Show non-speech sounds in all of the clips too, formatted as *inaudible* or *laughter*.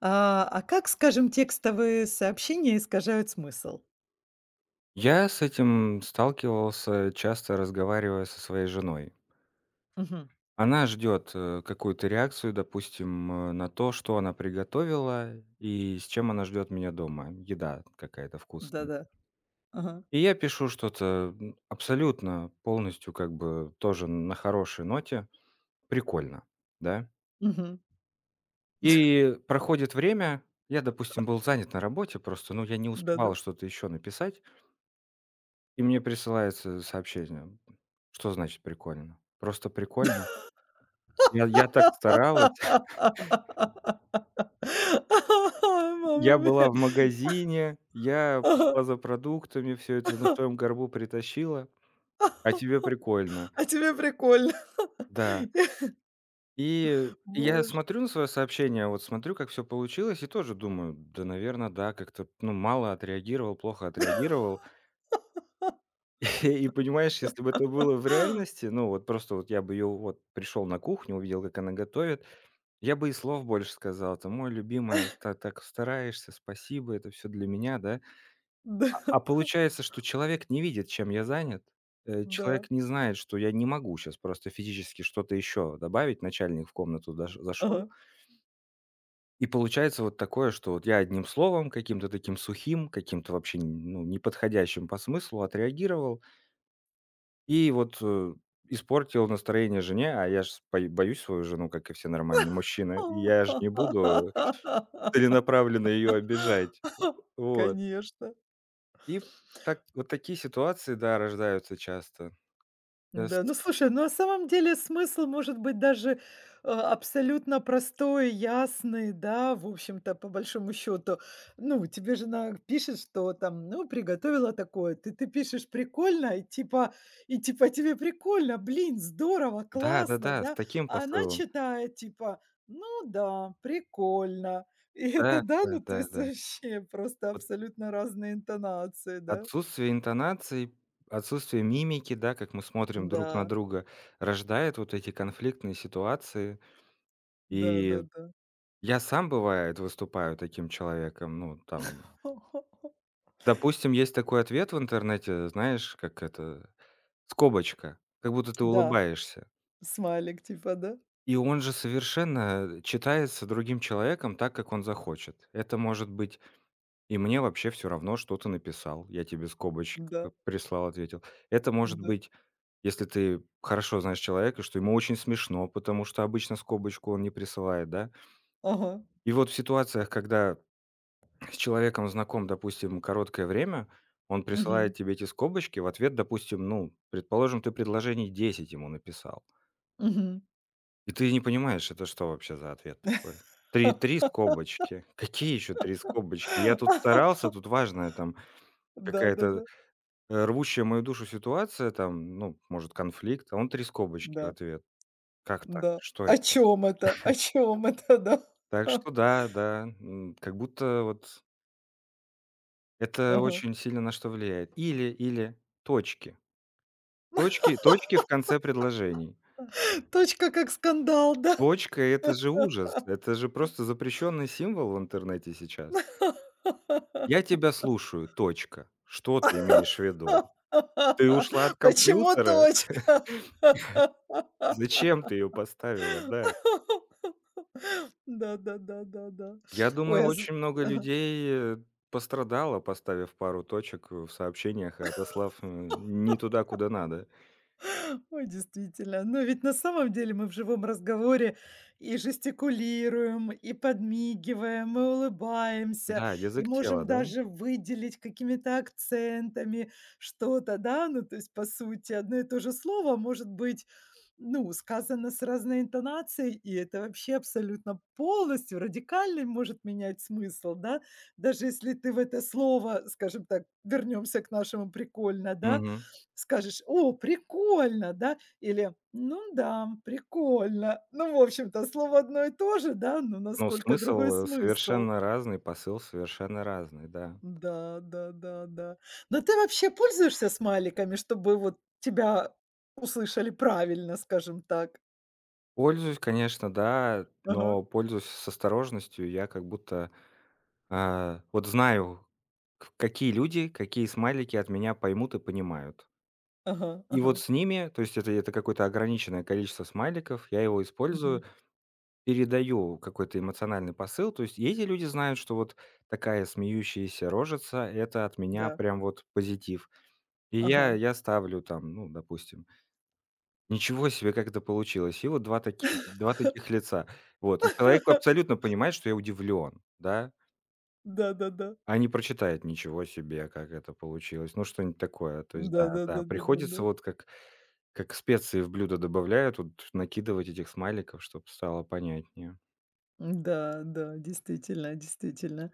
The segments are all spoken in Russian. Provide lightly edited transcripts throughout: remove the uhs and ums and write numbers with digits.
А как, скажем, текстовые сообщения искажают смысл? Я с этим сталкивался, часто разговаривая со своей женой. Мгм. Она ждет какую-то реакцию, допустим, на то, что она приготовила и с чем она ждет меня дома. Еда какая-то вкусная. Да-да. Ага. И я пишу что-то абсолютно, полностью как бы тоже на хорошей ноте. Прикольно, да? Мгм. И проходит время, я, допустим, был занят на работе, просто, ну, я не успевал Да-да. что-то еще написать. И мне присылается сообщение. Что значит прикольно? Просто прикольно? Я так старалась. *laughs* *laughs* Мама Я была мia. в магазине, я Ага. пошла за продуктами, все это на своем горбу притащила, а тебе *laughs* прикольно. А тебе прикольно. Да. *laughs* И я Боже. смотрю на свое сообщение, вот смотрю, как все получилось, и тоже думаю: "Да, наверное, да, как-то, ну, мало отреагировал, плохо отреагировал". *laughs* И понимаешь, если бы это было в реальности, ну, вот просто вот я бы ее вот пришел на кухню, увидел, как она готовит. Я бы и слов больше сказал: "Ты мой любимая, та так стараешься, спасибо, это все для меня", да. Да, А получается, что человек не видит, чем я занят, да. человек не знает, что я не могу сейчас просто физически что-то еще добавить. Начальник в комнату даш зашел, Ага. и получается вот такое, что вот я одним словом, каким-то таким сухим, каким-то вообще, ну, неподходящим по смыслу отреагировал и вот, испортил настроение жене. А я ж боюсь свою жену, как и все нормальные мужчины. И я ж не буду целенаправленно ее обижать. *laughs* Вот. Конечно. И так вот такие ситуации, да, рождаются часто. Э, с Да, ну слушай, ну на самом деле смысл может быть даже абсолютно простой, ясный, да, в общем-то, по большому счету. Ну, тебе жена пишет, что там, ну, приготовила такое, ты пишешь прикольно, и типа, тебе прикольно, блин, здорово, классно, Да-да-да, с да, таким а она посылом. читает, типа, ну да, прикольно. *laughs* И это Да, да, да, ну то да, есть да. вообще просто Вот абсолютно разные интонации, да? отсутствие интонаций, отсутствие мимики, да, как мы смотрим друг на Да, друга, рождает вот эти конфликтные ситуации. да, И да, да. я сам, бывает, выступаю таким человеком. Ну, там, *laughs* допустим, есть такой ответ в интернете, знаешь, как это, скобочка, как будто ты Да. улыбаешься. Смайлик типа, да? И он же совершенно читается другим человеком так, как он захочет. Это может быть: "И мне вообще все равно, что ты написал. Я тебе скобочек Да, прислал, ответил". Это может да. быть, если ты хорошо знаешь человека, что ему очень смешно, потому что обычно скобочку он не присылает, да. Ага. И вот в ситуациях, когда с человеком знаком, допустим, короткое время, он Мгм, присылает тебе эти скобочки в ответ, допустим, ну, предположим, ты предложений 10 ему написал. мгм. И ты не понимаешь, это что вообще за ответ такой? Три скобочки. Какие еще 3 скобочки? Я тут старался, *laughs* тут важная там какая-то, Да-да-да. Рвущая мою душу ситуация, там, ну, может, конфликт, а он 3 Да, да. скобочки в Да, ответ. Как так? да. Что О это? чем это? О чем это, да? Так *laughs* что да, да, м, как будто вот это Ага. очень сильно на что влияет. Или точки. Точки в конце предложений. Точка как скандал, да? Точка — это же ужас, это же просто запрещенный символ в интернете сейчас. Я *laughs* тебя слушаю. Точка. Что ты имеешь в виду? Ты ушла от Почему компьютера? *laughs* точка? Зачем ты ее поставила? Да. *laughs* Да-да-да-да-да. Я Ой, думаю, а з очень много ага. людей, пострадало, поставив пару точек в сообщениях и отослав, не туда, куда надо. Ой, действительно. Но ведь на самом деле мы в живом разговоре и жестикулируем, и подмигиваем, и улыбаемся, Да, и язык тела, можем да? даже выделить какими-то акцентами что-то, да? Ну, то есть, по сути, одно и то же слово может быть, ну, сказано с разной интонацией, и это вообще абсолютно полностью радикально может менять смысл, да? Даже если ты в это слово, скажем так, вернемся к нашему прикольно, да, Мгм. скажешь: "О, прикольно!" Да? Или: "Ну да, прикольно". Ну, в общем-то, слово одно и то же, да, но Но насколько смысл, другой смысл. совершенно разный, посыл совершенно разный, да. Да, да, да, да. Но ты вообще пользуешься смайликами, чтобы вот тебя услышали правильно, скажем так? Пользуюсь, конечно, да, Ага, но пользуюсь с осторожностью. Я как будто, вот знаю, к какие люди, какие смайлики от меня поймут и понимают. ага, И вот ага. с ними, то есть это какое-то ограниченное количество смайликов, я его использую, Мгм. передаю какой-то эмоциональный посыл. То есть и эти люди знают, что вот такая смеющаяся рожица — это от меня Да. прям вот позитив. И я Ага. я ставлю там, ну, допустим: "Ничего себе, как это получилось!" И вот 2 таких лица. Вот, и человек *laughs* абсолютно понимает, что я удивлен, да, Да-да-да. а не прочитает: "Ничего себе, как это получилось!" Ну, что-нибудь такое. То есть да, да, приходится Да-да-да-да-да-да. вот как специи в блюдо добавляют, вот накидывать этих смайликов, чтобы стало понятнее. Да, да, действительно, действительно.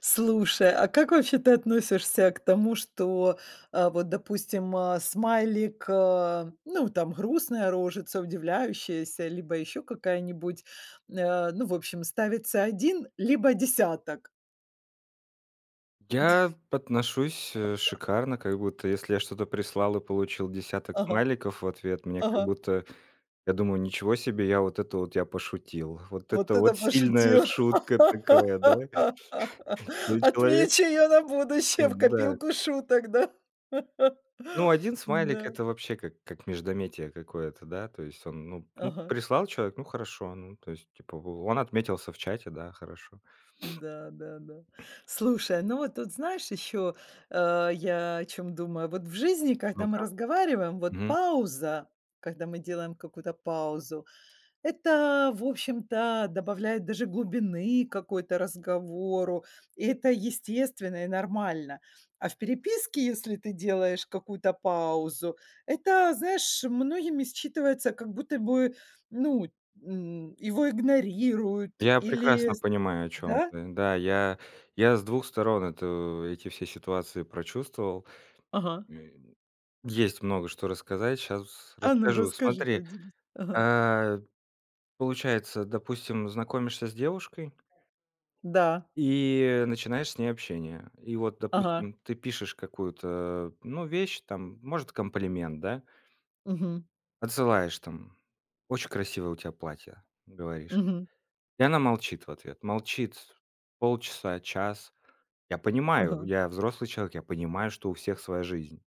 Слушай, а как вообще ты относишься к тому, что, а, вот, допустим, а, смайлик, а, ну, там, грустная рожица, удивляющаяся, либо еще какая-нибудь, ну, в общем, ставится один, либо десяток? Я отношусь, шикарно, как будто если я что-то прислал и получил десяток Ага, смайликов в ответ, мне как ага. будто я думаю: "Ничего себе, я вот это вот я пошутил". Вот Вот это вот это сильная пошутил. шутка такая, да? *laughs* Че человек Отмечу ее на будущее в М-да. копилку шуток, да? *laughs* Ну, один смайлик — Да. это вообще как междометие какое-то, да. То есть он, ну, Ага. прислал человек, ну, хорошо. Ну, то есть, типа, в он отметился в чате, да, хорошо. Да, да, да. Слушай, ну вот тут знаешь еще, я о чем думаю. Вот в жизни, когда мы Ну-ка. разговариваем, вот Мгм. пауза, когда мы делаем какую-то паузу, это, в общем-то, добавляет даже глубины какой-то разговору. И это естественно и нормально. А в переписке, если ты делаешь какую-то паузу, это, знаешь, многими считывается, как будто бы, ну, его игнорируют Я или прекрасно понимаю, о чем да? ты. Да, я с двух сторон эти все ситуации прочувствовал. Ага. М, есть много что рассказать, сейчас А ну расскажу. расскажи, Смотри, поделись. Ага. а Получается, допустим, знакомишься с девушкой Да. и начинаешь с ней общение. И вот, Ага. допустим, ты пишешь какую-то, ну, вещь, там, может, комплимент, да, Мгм. отсылаешь там: "Очень красивое у тебя платье", говоришь. Мгм. И она молчит в ответ. Молчит полчаса, час. Я понимаю, Ага. я взрослый человек, я понимаю, что у всех своя жизнь.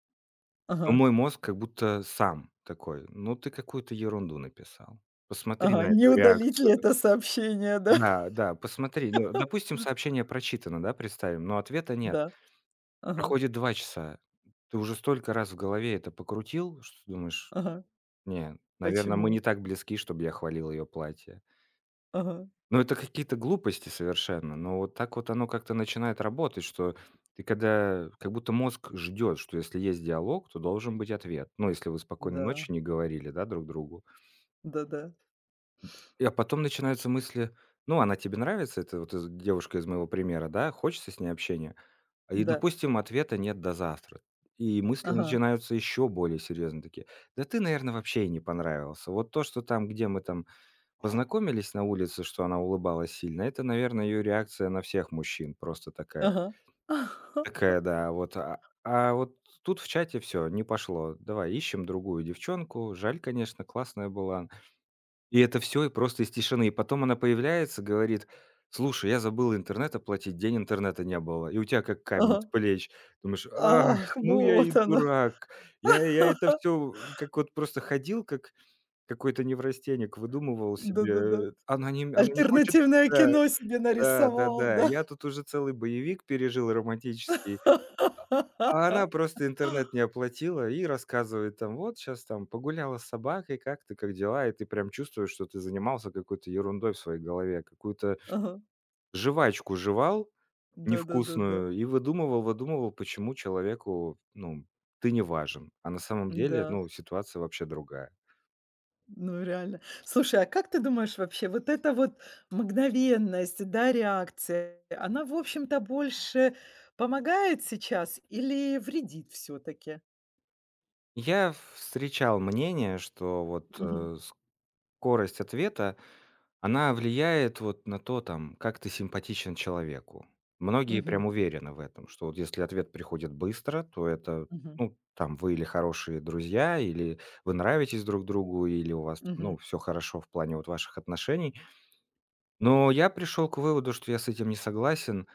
Но Ага. мой мозг как будто сам такой: "Ну, ты какую-то ерунду написал. Посмотри Ага. на Не эту удалить ли реакцию". это сообщение, да? Да, да, посмотри, ну, допустим, *laughs* сообщение прочитано, да, представим, но ответа нет. Да. Ага. Проходит 2 часа. Ты уже столько раз в голове это покрутил, что думаешь: Ага. "Не, наверное, мы Почему? не так близки, чтобы я хвалил ее платье". Ага. Ну, это какие-то глупости совершенно, но вот так вот оно как-то начинает работать, что ты когда как будто мозг ждет, что если есть диалог, то должен быть ответ. Ну, если вы спокойной Да. ночи не говорили, да, друг другу. Да-да. И, а потом начинаются мысли: "Ну, она тебе нравится?" Это вот из девушка из моего примера, да? Хочется с ней общения? И, Да. допустим, ответа нет до завтра. И мысли Ага. начинаются еще более серьезные такие. Да ты, наверное, вообще и не понравился. Вот то, что там, где мы там познакомились на улице, что она улыбалась сильно, это, наверное, ее реакция на всех мужчин просто такая. Ага. Такая, *laughs* да, вот. А вот тут в чате все, не пошло. Давай, ищем другую девчонку. Жаль, конечно, классная была, и это все, и просто из тишины. И потом она появляется, говорит: "Слушай, я забыла интернет оплатить, день интернета не было". И у тебя как камень с Ага. плеч. Думаешь: "Ах, Ах, ну я и вот оно. дурак". Я это все как вот просто ходил, как какой-то неврастенник, выдумывал себе, Да-да-да. Она не хочет. Альтернативное Да, кино себе да, нарисовал, да-да. да? Я тут уже целый боевик пережил романтический. А она *laughs* просто интернет не оплатила и рассказывает там: "Вот сейчас там погуляла с собакой, как ты, как дела?" И ты прям чувствуешь, что ты занимался какой-то ерундой в своей голове, какую-то Ага. жвачку жевал Да-да-да-да. невкусную и выдумывал, выдумывал, почему человеку, ну, ты не важен. А на самом деле, Да. ну, ситуация вообще другая. Ну, реально. Слушай, а как ты думаешь вообще, вот эта вот мгновенность, да, реакция, она, в общем-то, больше помогает сейчас или вредит все таки? Я встречал мнение, что вот, Мгм. Скорость ответа она влияет вот на то, там, как ты симпатичен человеку. Многие Мгм. прям уверены в этом, что вот если ответ приходит быстро, то это, Мгм. ну, там, вы или хорошие друзья, или вы нравитесь друг другу, или у вас, там, Мгм. ну, все хорошо в плане вот ваших отношений. Но я пришел к выводу, что я с этим не согласен.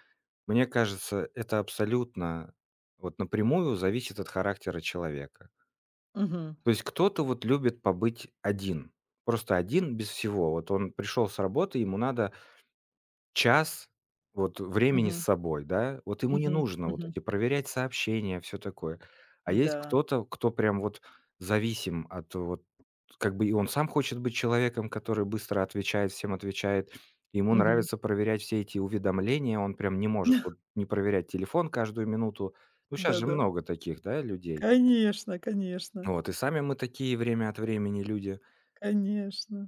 Мне кажется, это абсолютно вот напрямую зависит от характера человека. Мгм. То есть кто-то вот любит побыть один, просто один без всего. Вот он пришел с работы, ему надо час вот времени с Мгм. собой, да. Вот ему не Мгм. нужно вот Мгм. эти проверять сообщения, все такое. А есть Да. кто-то, кто прям вот зависим от вот как бы и он сам хочет быть человеком, который быстро отвечает, всем отвечает. Ему Мгм. нравится проверять все эти уведомления, он прям не может вот *laughs* не проверять телефон каждую минуту. Ну, сейчас же Да-да. много таких, да, людей. Конечно, конечно, Вот, и сами мы такие время от времени люди. конечно.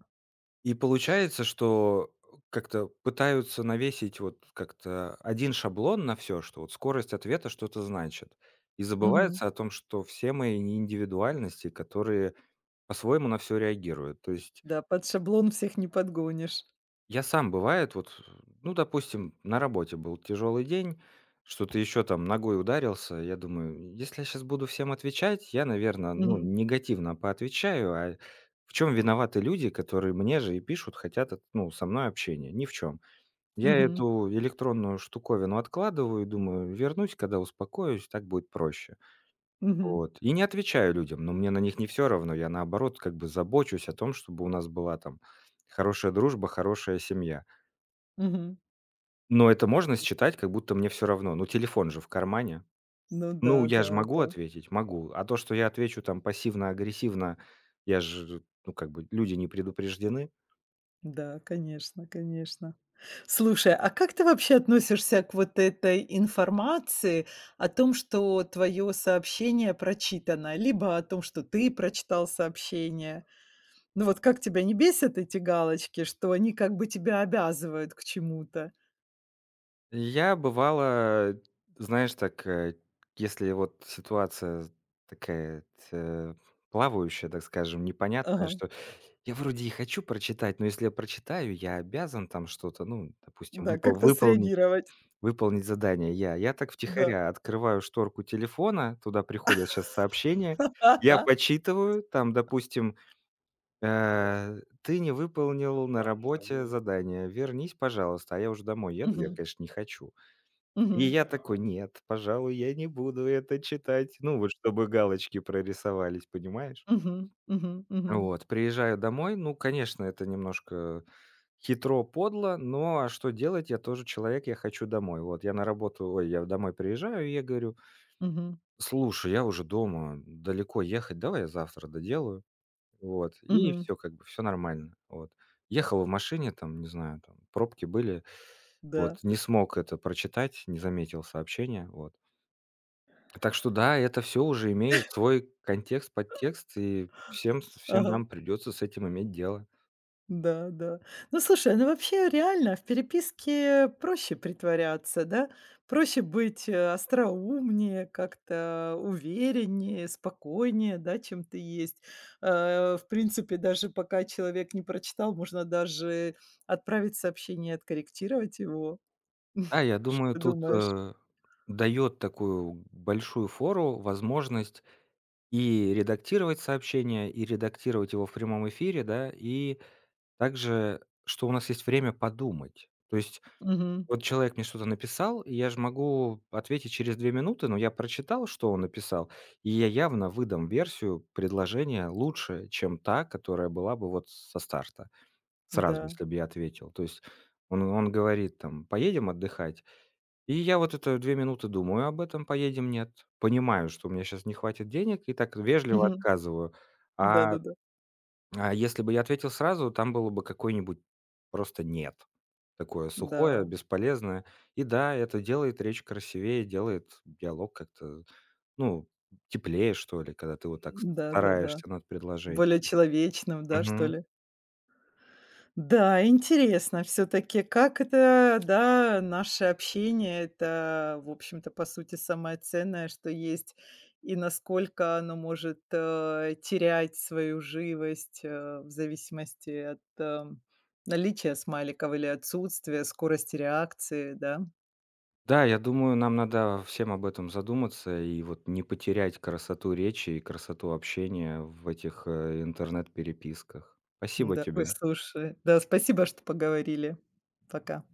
И получается, что как-то пытаются навесить вот как-то один шаблон на все, что вот скорость ответа что-то значит. И Мгм. забывается о том, что все мои неиндивидуальности, которые по-своему на все реагируют. То есть Да, под шаблон всех не подгонишь. я сам, бывает, вот, ну, допустим, на работе был тяжелый день, что-то еще там ногой ударился. Я думаю, если я сейчас буду всем отвечать, я, наверное, ну, Мгм. негативно поотвечаю. А в чем виноваты люди, которые мне же и пишут, хотят, от ну, со мной общения? Ни в чем. Я Мгм. эту электронную штуковину откладываю и думаю: вернусь, когда успокоюсь, так будет проще. Мгм. Вот. И не отвечаю людям, но мне на них не все равно. Я, наоборот, как бы забочусь о том, чтобы у нас была там хорошая дружба, хорошая семья. Мгм. Но это можно считать, как будто мне все равно. Ну, телефон же в кармане. Ну Ну, да, я да, же могу да. ответить? Могу. А то, что я отвечу там пассивно-агрессивно, я же, ну, как бы люди не предупреждены. Да, конечно, конечно. Слушай, а как ты вообще относишься к вот этой информации о том, что твое сообщение прочитано, либо о том, что ты прочитал сообщение? Ну вот как тебя не бесят эти галочки, что они как бы тебя обязывают к чему-то? Я бывало, знаешь, так, если вот ситуация такая, э, плавающая, так скажем, непонятная, Ага, что я вроде и хочу прочитать, но если я прочитаю, я обязан там что-то, ну, допустим, да, выпол как-то выполнить среагировать, выполнить задание я. Я так да. втихаря открываю шторку телефона, туда приходят сейчас сообщения, я *laughs* почитываю, там, допустим, э: "Ты не выполнил на работе задание, вернись, пожалуйста". А я уже домой еду, я, Мгм, конечно, не хочу. И мгм, я такой: "Нет, пожалуй, я не буду это читать". Ну, вот чтобы галочки прорисовались, понимаешь? мгм, мгм, мгм, Вот, приезжаю домой. Ну, конечно, это немножко хитро, подло, но а что делать? Я тоже человек, я хочу домой. Вот я я домой приезжаю, и я говорю: мгм, "Слушай, я уже дома, далеко ехать, давай я завтра доделаю". Вот, и мгм, все, как бы все нормально. Вот. Ехал в машине, там, не знаю, там пробки были. Вот, да, не смог это прочитать, не заметил сообщения. Вот. Так что да, это все уже имеет свой контекст, подтекст, и всем ага. нам придется с этим иметь дело. Да, да. Ну, слушай, ну вообще реально в переписке проще притворяться, да? Проще быть, остроумнее, как-то увереннее, спокойнее, да, чем ты есть. В принципе, даже пока человек не прочитал, можно даже отправить сообщение, откорректировать его. Да, я Что думаю, ты тут, думаешь? Даёт такую большую фору возможность и редактировать сообщение, и редактировать его в прямом эфире, да, и также, что у нас есть время подумать. То есть Мгм. вот человек мне что-то написал, и я же могу ответить через 2 минуты, но я прочитал, что он написал, и я явно выдам версию предложения лучше, чем та, которая была бы вот со старта, сразу, Да. если бы я ответил. То есть он говорит там: "Поедем отдыхать". И я вот это 2 минуты думаю об этом: "Поедем, нет". Понимаю, что у меня сейчас не хватит денег, и так вежливо Мгм. отказываю. А Да-да-да. а если бы я ответил сразу, там было бы какой-нибудь просто "нет". Такое сухое, Да. бесполезное. И да, это делает речь красивее, делает диалог как-то, ну, теплее, что ли, когда ты вот так Да-да-да. стараешься над предложением. Более человечным, да, что Мгм. ли? Да, интересно все таки как это, да, наше общение — это, в общем-то, по сути, самое ценное, что есть, и насколько оно может, терять свою живость, в зависимости от, наличия смайликов или отсутствия, скорости реакции, да? Да, я думаю, нам надо всем об этом задуматься и вот не потерять красоту речи и красоту общения в этих, интернет-переписках. Спасибо Да, ой, тебе. слушай, да, спасибо, что поговорили. Пока.